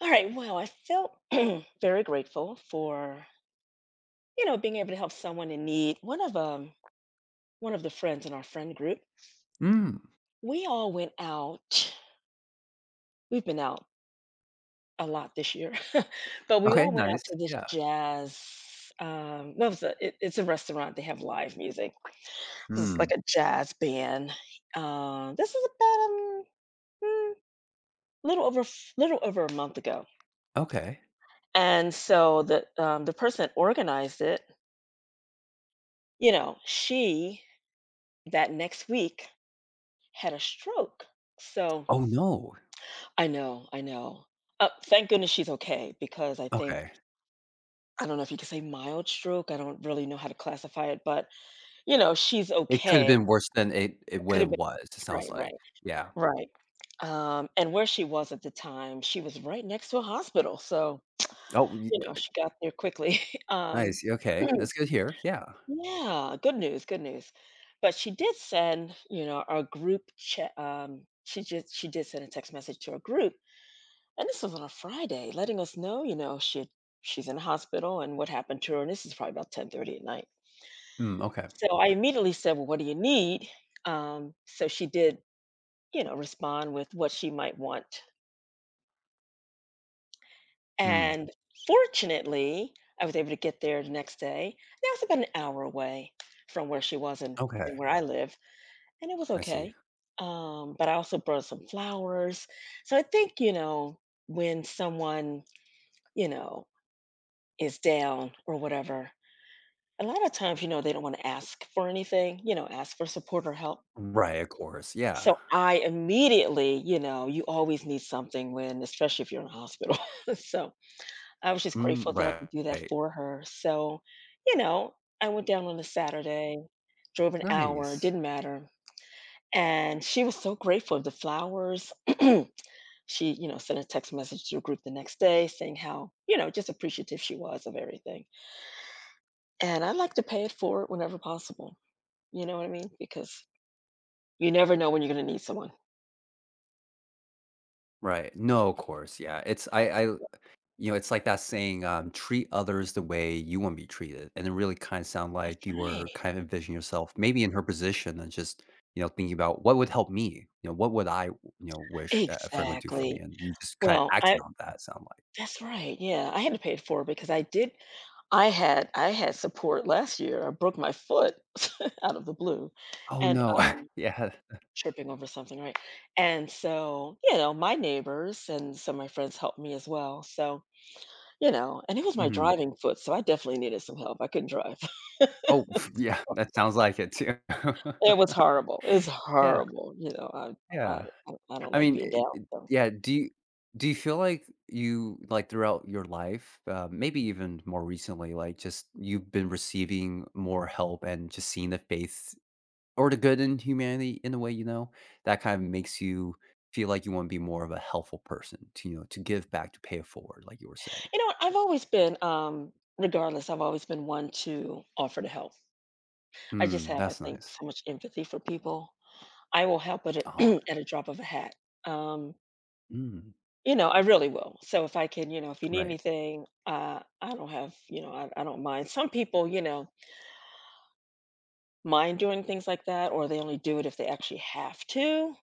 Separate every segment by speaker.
Speaker 1: All right. Well, I felt very grateful for being able to help someone in need. One of one of the friends in our friend group.
Speaker 2: Mm.
Speaker 1: We all went out. We've been out a lot this year, but we
Speaker 2: Okay,
Speaker 1: all went out
Speaker 2: nice.
Speaker 1: to this
Speaker 2: Yeah.
Speaker 1: jazz. What was it? It's a restaurant. They have live music. This is like
Speaker 2: Mm.
Speaker 1: a jazz band. This is about mm, little over a month ago,
Speaker 2: Okay.
Speaker 1: and so the person that organized it, she that next week had a stroke. So
Speaker 2: Oh, no.
Speaker 1: I know, I know. Thank goodness she's okay because I think
Speaker 2: Okay.
Speaker 1: I don't know if you could say mild stroke. I don't really know how to classify it, but you know she's
Speaker 2: It could have
Speaker 1: okay.
Speaker 2: been worse than it it
Speaker 1: Could
Speaker 2: what it
Speaker 1: have
Speaker 2: was, it
Speaker 1: been
Speaker 2: sounds
Speaker 1: right, right,
Speaker 2: like. Yeah.
Speaker 1: right. And where she was at the time, she was right next to a hospital, so
Speaker 2: Oh, y
Speaker 1: you know she got there quickly. um,
Speaker 2: nice. Okay. That's good here. Yeah.
Speaker 1: yeah, good news, good news. But she did send, our group chat. She did send a text message to our group. And this was on a Friday, letting us know, she's in the hospital and what happened to her. And this is probably about 10:30 at night.
Speaker 2: Mm, okay.
Speaker 1: So I immediately said, "Well, what do you need?" So she did, respond with what she might want.
Speaker 2: Mm.
Speaker 1: And fortunately, I was able to get there the next day. That was about an hour away from where she was
Speaker 2: Okay.
Speaker 1: and where I live, and it was
Speaker 2: I see.
Speaker 1: okay. But I also brought some flowers. So I think, when someone, you know, is down or whatever, a lot of times, they don't wanna ask for anything, ask for support or help.
Speaker 2: Right, of course. Yeah.
Speaker 1: So I immediately you always need something when especially if you're in a hospital. So, I was just
Speaker 2: Mm,
Speaker 1: grateful that I
Speaker 2: right.
Speaker 1: could do that
Speaker 2: Right.
Speaker 1: for her. So, you know, I went down on a Saturday, drove an hour,
Speaker 2: Nice.
Speaker 1: didn't matter, and she was so grateful, of the flowers. She sent a text message to a group the next day saying how, just appreciative she was of everything. And I like to pay it forward whenever possible, you know what I mean? Because you never know when you're gonna need someone.
Speaker 2: Right. No, of course. Yeah. It's
Speaker 1: Yeah.
Speaker 2: I You know, it's like that saying, "Treat others the way you wanna be treated," and it really kinda sound
Speaker 1: That's
Speaker 2: like you
Speaker 1: right.
Speaker 2: were kind of envisioning yourself maybe in her position and just, thinking about what would help me, what would I, wish a friend would do for me,
Speaker 1: Exactly.
Speaker 2: and you just kinda
Speaker 1: Well,
Speaker 2: acting on that, it sound like.
Speaker 1: yeah, I had to pay it forward because I had support last year. I broke my foot out of the blue
Speaker 2: Oh,
Speaker 1: and,
Speaker 2: no. Yeah.
Speaker 1: tripping over something, right? And so, my neighbors and some of my friends helped me as well, so, and it was my
Speaker 2: Mhm.
Speaker 1: driving foot, so I definitely needed some help. I couldn't drive.
Speaker 2: Oh, yeah, that sounds like it too.
Speaker 1: It was horrible. It was
Speaker 2: Yeah,
Speaker 1: horrible, I
Speaker 2: yeah.
Speaker 1: I I don't
Speaker 2: I
Speaker 1: like
Speaker 2: mean,
Speaker 1: being
Speaker 2: it
Speaker 1: down,
Speaker 2: it
Speaker 1: so
Speaker 2: yeah, do you feel like you, like, throughout your life, maybe even more recently, like, just you've been receiving more help and just seeing the faith or the good in humanity in a way, you know, that kind of makes you feel like you wanna be more of a helpful person to, you know, to give back, to pay it forward, like you were saying.
Speaker 1: you know what? I've always been, regardless, I've always been one to offer to help. I just
Speaker 2: Mm,
Speaker 1: have, I
Speaker 2: that's
Speaker 1: think,
Speaker 2: nice.
Speaker 1: so much empathy for people. I will help at a,
Speaker 2: Oh,
Speaker 1: at a drop of a hat. Um,
Speaker 2: mm,
Speaker 1: I really will. So if I can, if you need
Speaker 2: right.
Speaker 1: anything, I don't have, I don't mind. Some people, mind doing things like that, or they only do it if they actually have to.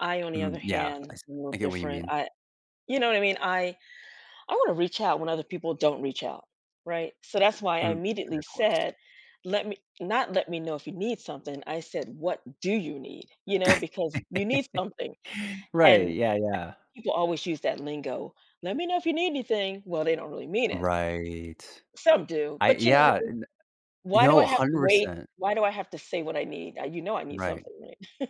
Speaker 1: I, on the other
Speaker 2: Mm, yeah,
Speaker 1: hand, am a little
Speaker 2: I get what you
Speaker 1: different.
Speaker 2: mean.
Speaker 1: I, you know what I mean? I want to reach out when other people don't reach out, right? So that's why I
Speaker 2: Mm,
Speaker 1: immediately
Speaker 2: of course.
Speaker 1: said, let me know if you need something. I said, what do you need? You know, because you need something.
Speaker 2: Right,
Speaker 1: And
Speaker 2: yeah, yeah.
Speaker 1: people always use that lingo, let me know if you need anything. Well, they don't really mean it.
Speaker 2: Right.
Speaker 1: Some do,
Speaker 2: I
Speaker 1: but you know what
Speaker 2: Yeah.
Speaker 1: I mean? Why do
Speaker 2: No,
Speaker 1: I have to wait?
Speaker 2: 100%.
Speaker 1: Why do I have to say what I need? You know I need
Speaker 2: Right.
Speaker 1: something, right?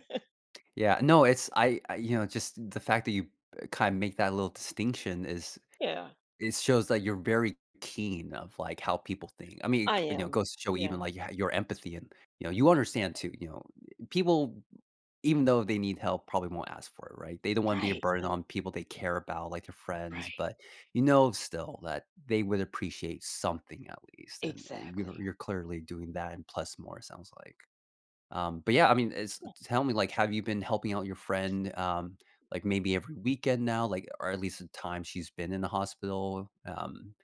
Speaker 2: Yeah, no, it's I you know, just the fact that you, kinda make that little distinction is
Speaker 1: Yeah,
Speaker 2: it shows that you're very keen of, like, how people think. I mean,
Speaker 1: I
Speaker 2: you know, it
Speaker 1: am.
Speaker 2: goes to show even,
Speaker 1: Yeah.
Speaker 2: like, y your empathy and, you know, you understand too, you know, people, even though they need help, probably won't ask for it, right? They don't wanna be a
Speaker 1: Right,
Speaker 2: burden
Speaker 1: right,
Speaker 2: on people they care about, like their friends,
Speaker 1: right.
Speaker 2: but you know still that they would appreciate something at least, and
Speaker 1: Exactly.
Speaker 2: you're clearly doing that and plus more, it sounds like. But yeah, I mean, it's tell me, like, have you been helping out your friend, like, maybe every weekend now, like, or at least the time she's been in the hospital,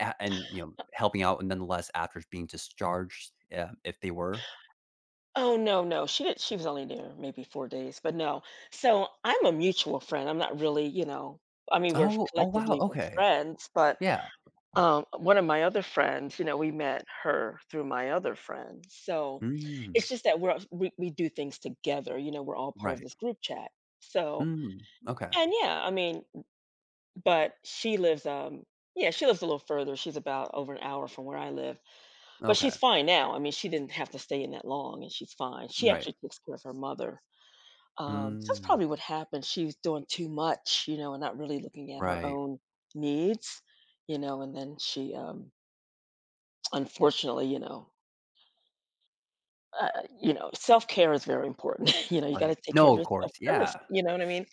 Speaker 2: and you know, helping out and nonetheless after being discharged, if they were?
Speaker 1: Oh, no, no, she was only there maybe 4 days, but no. So, I'm a mutual friend, I'm not really, I mean, we're
Speaker 2: Oh, oh wow,
Speaker 1: collectively we're
Speaker 2: okay,
Speaker 1: friends, but,
Speaker 2: yeah,
Speaker 1: one of my other friends, we met her through my other friend, so,
Speaker 2: mm,
Speaker 1: it's just that we do things together, we're all part of
Speaker 2: right,
Speaker 1: this group chat. So
Speaker 2: mm, okay,
Speaker 1: and yeah, but she lives, yeah, she lives a little further, she's about over an hour from where I live, but she's
Speaker 2: okay,
Speaker 1: fine now, I mean, she didn't have to stay in that long, and she's fine. She
Speaker 2: right,
Speaker 1: actually takes care of her mother. That's
Speaker 2: mm,
Speaker 1: probably what happened. She was doing too much, and not really looking at her
Speaker 2: right,
Speaker 1: own needs, and then unfortunately, self care is very important. You know, you got to
Speaker 2: right.
Speaker 1: take care
Speaker 2: No,
Speaker 1: of
Speaker 2: of
Speaker 1: yourself
Speaker 2: course,
Speaker 1: first.
Speaker 2: yeah,
Speaker 1: You know what I mean?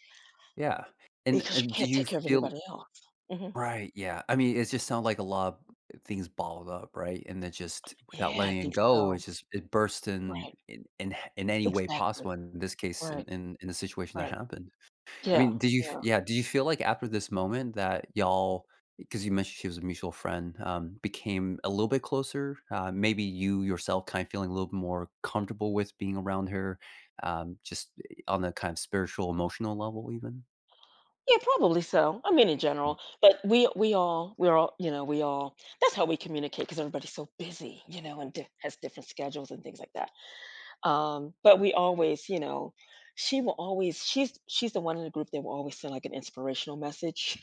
Speaker 2: yeah.
Speaker 1: Because you
Speaker 2: And do
Speaker 1: can't
Speaker 2: you
Speaker 1: take care of
Speaker 2: feel
Speaker 1: anybody else. Hmm.
Speaker 2: Right, yeah. I mean, it just sounds like a lot of things balled up, right? And then just without
Speaker 1: Yeah, I
Speaker 2: letting it
Speaker 1: think
Speaker 2: go,
Speaker 1: so.
Speaker 2: it's just it burst in
Speaker 1: Right.
Speaker 2: in in h in any way
Speaker 1: Exactly.
Speaker 2: possible in this case, in
Speaker 1: Right.
Speaker 2: in in the situation that
Speaker 1: Right.
Speaker 2: happened. I
Speaker 1: Yeah.
Speaker 2: mean, did you f
Speaker 1: Yeah.
Speaker 2: yeah, did you feel like after this moment that y'all all because you mentioned she was a mutual friend, became a little bit closer? Maybe you yourself kind of feeling a little bit more comfortable with being around her, just on a kind of spiritual, emotional level even?
Speaker 1: Yeah, probably so. I mean, in general, but we're all we all that's how we communicate because everybody's so busy, and has different schedules and things like that. But we always, she will always she's the one in the group that will always send like an inspirational message,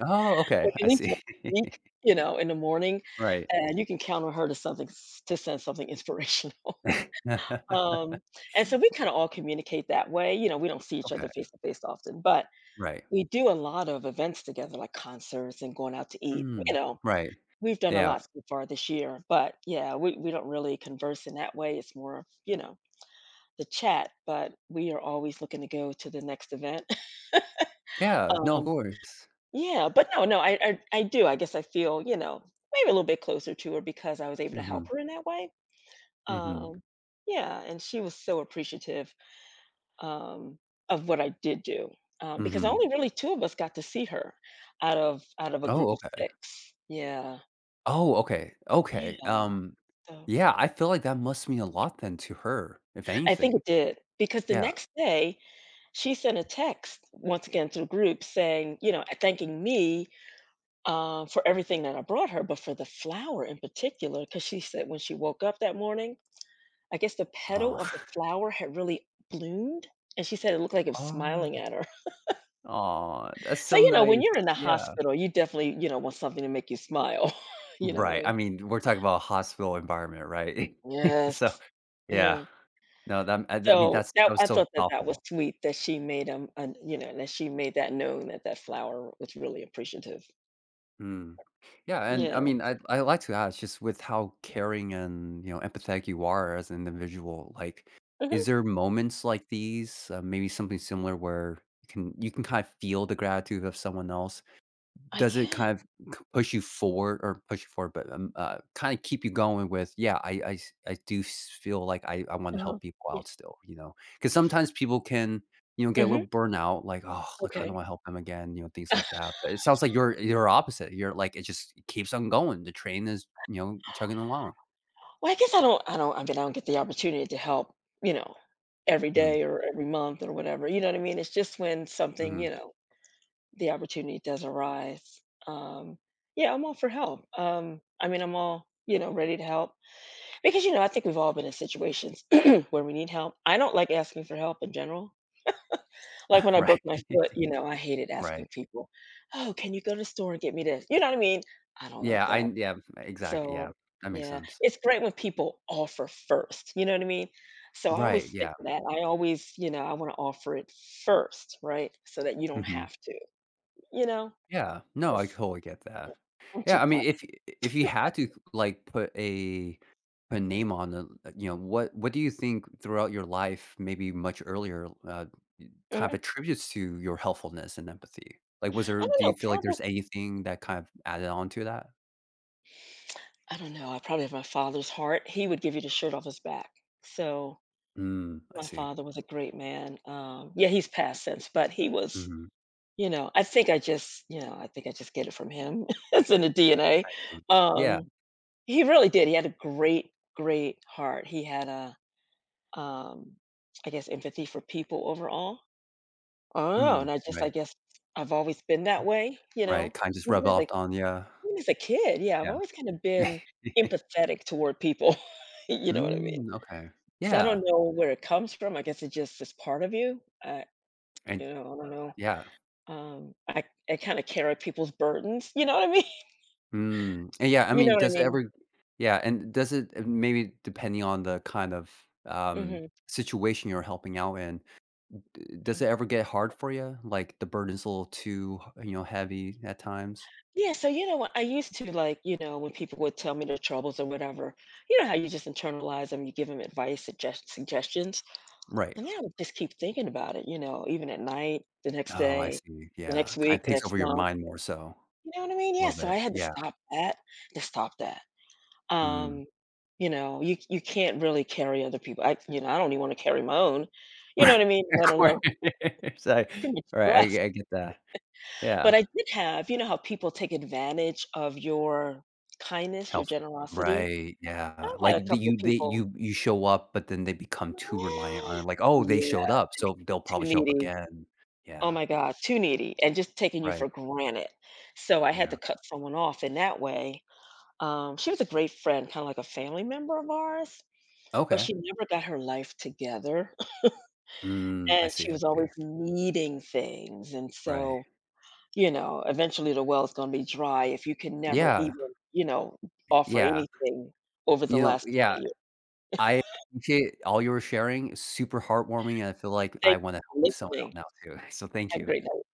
Speaker 2: Oh, okay,
Speaker 1: like at
Speaker 2: I
Speaker 1: least
Speaker 2: see.
Speaker 1: once a week, in the morning,
Speaker 2: Right.
Speaker 1: and you can count on her to to send something inspirational. Um, and so we kind of all communicate that way. You know, we don't see each
Speaker 2: Okay,
Speaker 1: other face to face often, but
Speaker 2: right.
Speaker 1: we do a lot of events together, like concerts and going out to eat. You
Speaker 2: Mm,
Speaker 1: know,
Speaker 2: right.
Speaker 1: we've done a
Speaker 2: Yeah.
Speaker 1: lot so far this year, but yeah, we don't really converse in that way. It's more, the chat, but we are always looking to go to the next event.
Speaker 2: Yeah, no, of
Speaker 1: Um,
Speaker 2: course.
Speaker 1: yeah, but no, no, I do. I guess I feel, maybe a little bit closer to her because I was able to help
Speaker 2: Mhm,
Speaker 1: her in that way.
Speaker 2: mhm,
Speaker 1: Um, yeah, and she was so appreciative um, of what I did do, because
Speaker 2: mhm.
Speaker 1: only really two of us got to see her out of a group
Speaker 2: Oh,
Speaker 1: of
Speaker 2: okay.
Speaker 1: six. Yeah,
Speaker 2: Oh, okay, okay,
Speaker 1: yeah. So
Speaker 2: yeah, I feel like that must mean a lot then to her, if
Speaker 1: I think
Speaker 2: anything.
Speaker 1: it did because the
Speaker 2: Yeah.
Speaker 1: next day she sent a text once again to the group saying, thanking me for everything that I brought her, but for the flower in particular, because she said when she woke up that morning, I guess the
Speaker 2: Oh.
Speaker 1: petal of the flower had really bloomed, and she said it looked like it was smiling
Speaker 2: Oh.
Speaker 1: at her.
Speaker 2: Oh. That's
Speaker 1: So,
Speaker 2: so
Speaker 1: when
Speaker 2: nice.
Speaker 1: you're in the
Speaker 2: Yeah.
Speaker 1: hospital, you definitely, want something to make you smile. You know what I
Speaker 2: Right,
Speaker 1: mean?
Speaker 2: I mean, we're talking about a hospital environment, right?
Speaker 1: Yes.
Speaker 2: So, yeah.
Speaker 1: Yeah.
Speaker 2: No, that I mean,
Speaker 1: So,
Speaker 2: that's that
Speaker 1: that
Speaker 2: was
Speaker 1: I
Speaker 2: so
Speaker 1: thought that that was
Speaker 2: thoughtful.
Speaker 1: sweet that she made, an you know, that she made that known that that flower was really appreciative.
Speaker 2: Mm. Yeah, and I
Speaker 1: Yeah.
Speaker 2: mean, I like to ask just with how caring and you know empathetic you are as an individual. Like, is
Speaker 1: Mhm.
Speaker 2: there moments like these, maybe something similar where you can kind of feel the gratitude of someone else,
Speaker 1: I
Speaker 2: does it
Speaker 1: can't.
Speaker 2: kind of c push you forward or push you forward, but, kinda keep you going with, "Yeah, I do s feel like I wanna
Speaker 1: Uh-huh.
Speaker 2: help people
Speaker 1: Yeah.
Speaker 2: out still," you know, because sometimes people can, you know, get a
Speaker 1: Mhm.
Speaker 2: little burnout, like, "Oh, like, I don't
Speaker 1: Okay.
Speaker 2: wanna help them again," you know, things like that, but it sounds like you're opposite, you're like, it just keeps on going, the train is, you know, chugging along.
Speaker 1: Well, I guess I mean, I don't get the opportunity to help, you know, every
Speaker 2: Mm,
Speaker 1: day or every month or whatever, you know what I mean? It's just when something,
Speaker 2: mhm.
Speaker 1: the opportunity does arise, um, yeah, I'm all for help. I mean, I'm all, ready to help because, I think we've all been in situations where we need help. I don't like asking for help in general. Like when I broke
Speaker 2: Right,
Speaker 1: my foot, I hated asking
Speaker 2: right.
Speaker 1: people, oh, can you go to the store and get me this? You know what I mean? I don't like
Speaker 2: Yeah, I
Speaker 1: that.
Speaker 2: yeah, exactly, yeah.
Speaker 1: So,
Speaker 2: That makes
Speaker 1: yeah,
Speaker 2: sense.
Speaker 1: it's great when people offer first. You know what I mean? So I always
Speaker 2: Right,
Speaker 1: think
Speaker 2: yeah.
Speaker 1: of that I always, you know, I want to offer it first, right? So that you don't
Speaker 2: Mhm.
Speaker 1: have to, you know?
Speaker 2: Yeah. No, I totally get that.
Speaker 1: I'm too
Speaker 2: Yeah, I
Speaker 1: proud.
Speaker 2: mean, if you had to, like, put a name on the, you know, what do you think throughout your life, maybe much earlier, kind of
Speaker 1: Mhm.
Speaker 2: attributes to your helpfulness and empathy? Like, was there
Speaker 1: I don't
Speaker 2: do you
Speaker 1: know,
Speaker 2: feel like there's
Speaker 1: probably.
Speaker 2: anything that kind of added on to that?
Speaker 1: I don't know, I probably have my father's heart. He would give you the shirt off his back. So,
Speaker 2: Mm, I
Speaker 1: my
Speaker 2: see.
Speaker 1: father was a great man. Yeah, he's passed since, but he was,
Speaker 2: Mhm.
Speaker 1: I think I just get it from him. It's in the DNA.
Speaker 2: See. Yeah.
Speaker 1: Um, he really did. He had a great, great heart. He had a, um, I guess, empathy for people overall. I don't know,
Speaker 2: Mm,
Speaker 1: and I
Speaker 2: right,
Speaker 1: guess I've always been that way, you
Speaker 2: right,
Speaker 1: know?
Speaker 2: kind of just
Speaker 1: Even
Speaker 2: rubbed
Speaker 1: as,
Speaker 2: off
Speaker 1: like
Speaker 2: on you.
Speaker 1: Even as a kid, yeah, I've always kind of
Speaker 2: Yeah.
Speaker 1: been empathetic toward people, you know what I mean?
Speaker 2: Mm, okay.
Speaker 1: So I
Speaker 2: Yeah,
Speaker 1: don't know where it comes from, I guess it just is part of you,
Speaker 2: and
Speaker 1: I don't know,
Speaker 2: yeah.
Speaker 1: um, I I kinda carry people's burdens, you know what I mean?
Speaker 2: Mm, and yeah, I
Speaker 1: You know
Speaker 2: mean,
Speaker 1: what I
Speaker 2: does it
Speaker 1: mean?
Speaker 2: ever yeah, and does it maybe depending on the kind of,
Speaker 1: Mhm,
Speaker 2: situation you're helping out in, d does it
Speaker 1: mhm.
Speaker 2: ever get hard for you? Like, the burden's a little too, h you know, heavy at times?
Speaker 1: Yeah, so you know what, I used to, like, you know, when people would tell me their troubles or whatever, you know how you just internalize them. You give them advice, suggestions,
Speaker 2: Right.
Speaker 1: and then I would just keep thinking about it, even at night, the next
Speaker 2: Oh, I
Speaker 1: day,
Speaker 2: see,
Speaker 1: the
Speaker 2: yeah,
Speaker 1: next
Speaker 2: kinda
Speaker 1: week, the
Speaker 2: takes
Speaker 1: next
Speaker 2: over your
Speaker 1: month.
Speaker 2: mind more so,
Speaker 1: You know what I mean?
Speaker 2: a
Speaker 1: Yeah,
Speaker 2: little
Speaker 1: so I
Speaker 2: bit,
Speaker 1: had to
Speaker 2: yeah,
Speaker 1: stop that to stop that.
Speaker 2: mm.
Speaker 1: Um, you know, you can't really carry other people. I don't even wanna carry my own, you know what
Speaker 2: Right,
Speaker 1: I mean?
Speaker 2: of
Speaker 1: Let
Speaker 2: course,
Speaker 1: alone
Speaker 2: I
Speaker 1: too much
Speaker 2: all right,
Speaker 1: stress.
Speaker 2: I get that,
Speaker 1: But
Speaker 2: yeah.
Speaker 1: I did have you know how people take advantage of your kindness, your
Speaker 2: Helpful.
Speaker 1: generosity?
Speaker 2: Right, yeah.
Speaker 1: I had a
Speaker 2: Like, the
Speaker 1: couple of
Speaker 2: you they
Speaker 1: people.
Speaker 2: you you show up, but then they become too reliant
Speaker 1: "Ah,
Speaker 2: on it, like, "Oh, they
Speaker 1: yeah,
Speaker 2: showed up, so they'll
Speaker 1: too
Speaker 2: probably show up
Speaker 1: needy.
Speaker 2: again."
Speaker 1: Oh
Speaker 2: Yeah,
Speaker 1: my god, too needy, and just taking you
Speaker 2: right,
Speaker 1: for granted. So I had
Speaker 2: yeah.
Speaker 1: to cut someone off in that way. She was a great friend, kinda like a family member of ours. But
Speaker 2: Okay.
Speaker 1: she never got her life together,
Speaker 2: Mm, I
Speaker 1: and
Speaker 2: see,
Speaker 1: she
Speaker 2: I
Speaker 1: was always
Speaker 2: see.
Speaker 1: needing things, and
Speaker 2: Right.
Speaker 1: so, eventually the well is gonna be dry if you can never
Speaker 2: Yeah,
Speaker 1: even, offer
Speaker 2: yeah.
Speaker 1: anything over the
Speaker 2: You know
Speaker 1: last
Speaker 2: yeah,
Speaker 1: 20 years.
Speaker 2: I appreciate all your sharing, it's super heartwarming, and I feel like
Speaker 1: Thank
Speaker 2: I wanna
Speaker 1: you for
Speaker 2: help someone
Speaker 1: listening.
Speaker 2: out now too, so thank
Speaker 1: Have a
Speaker 2: you.
Speaker 1: great night.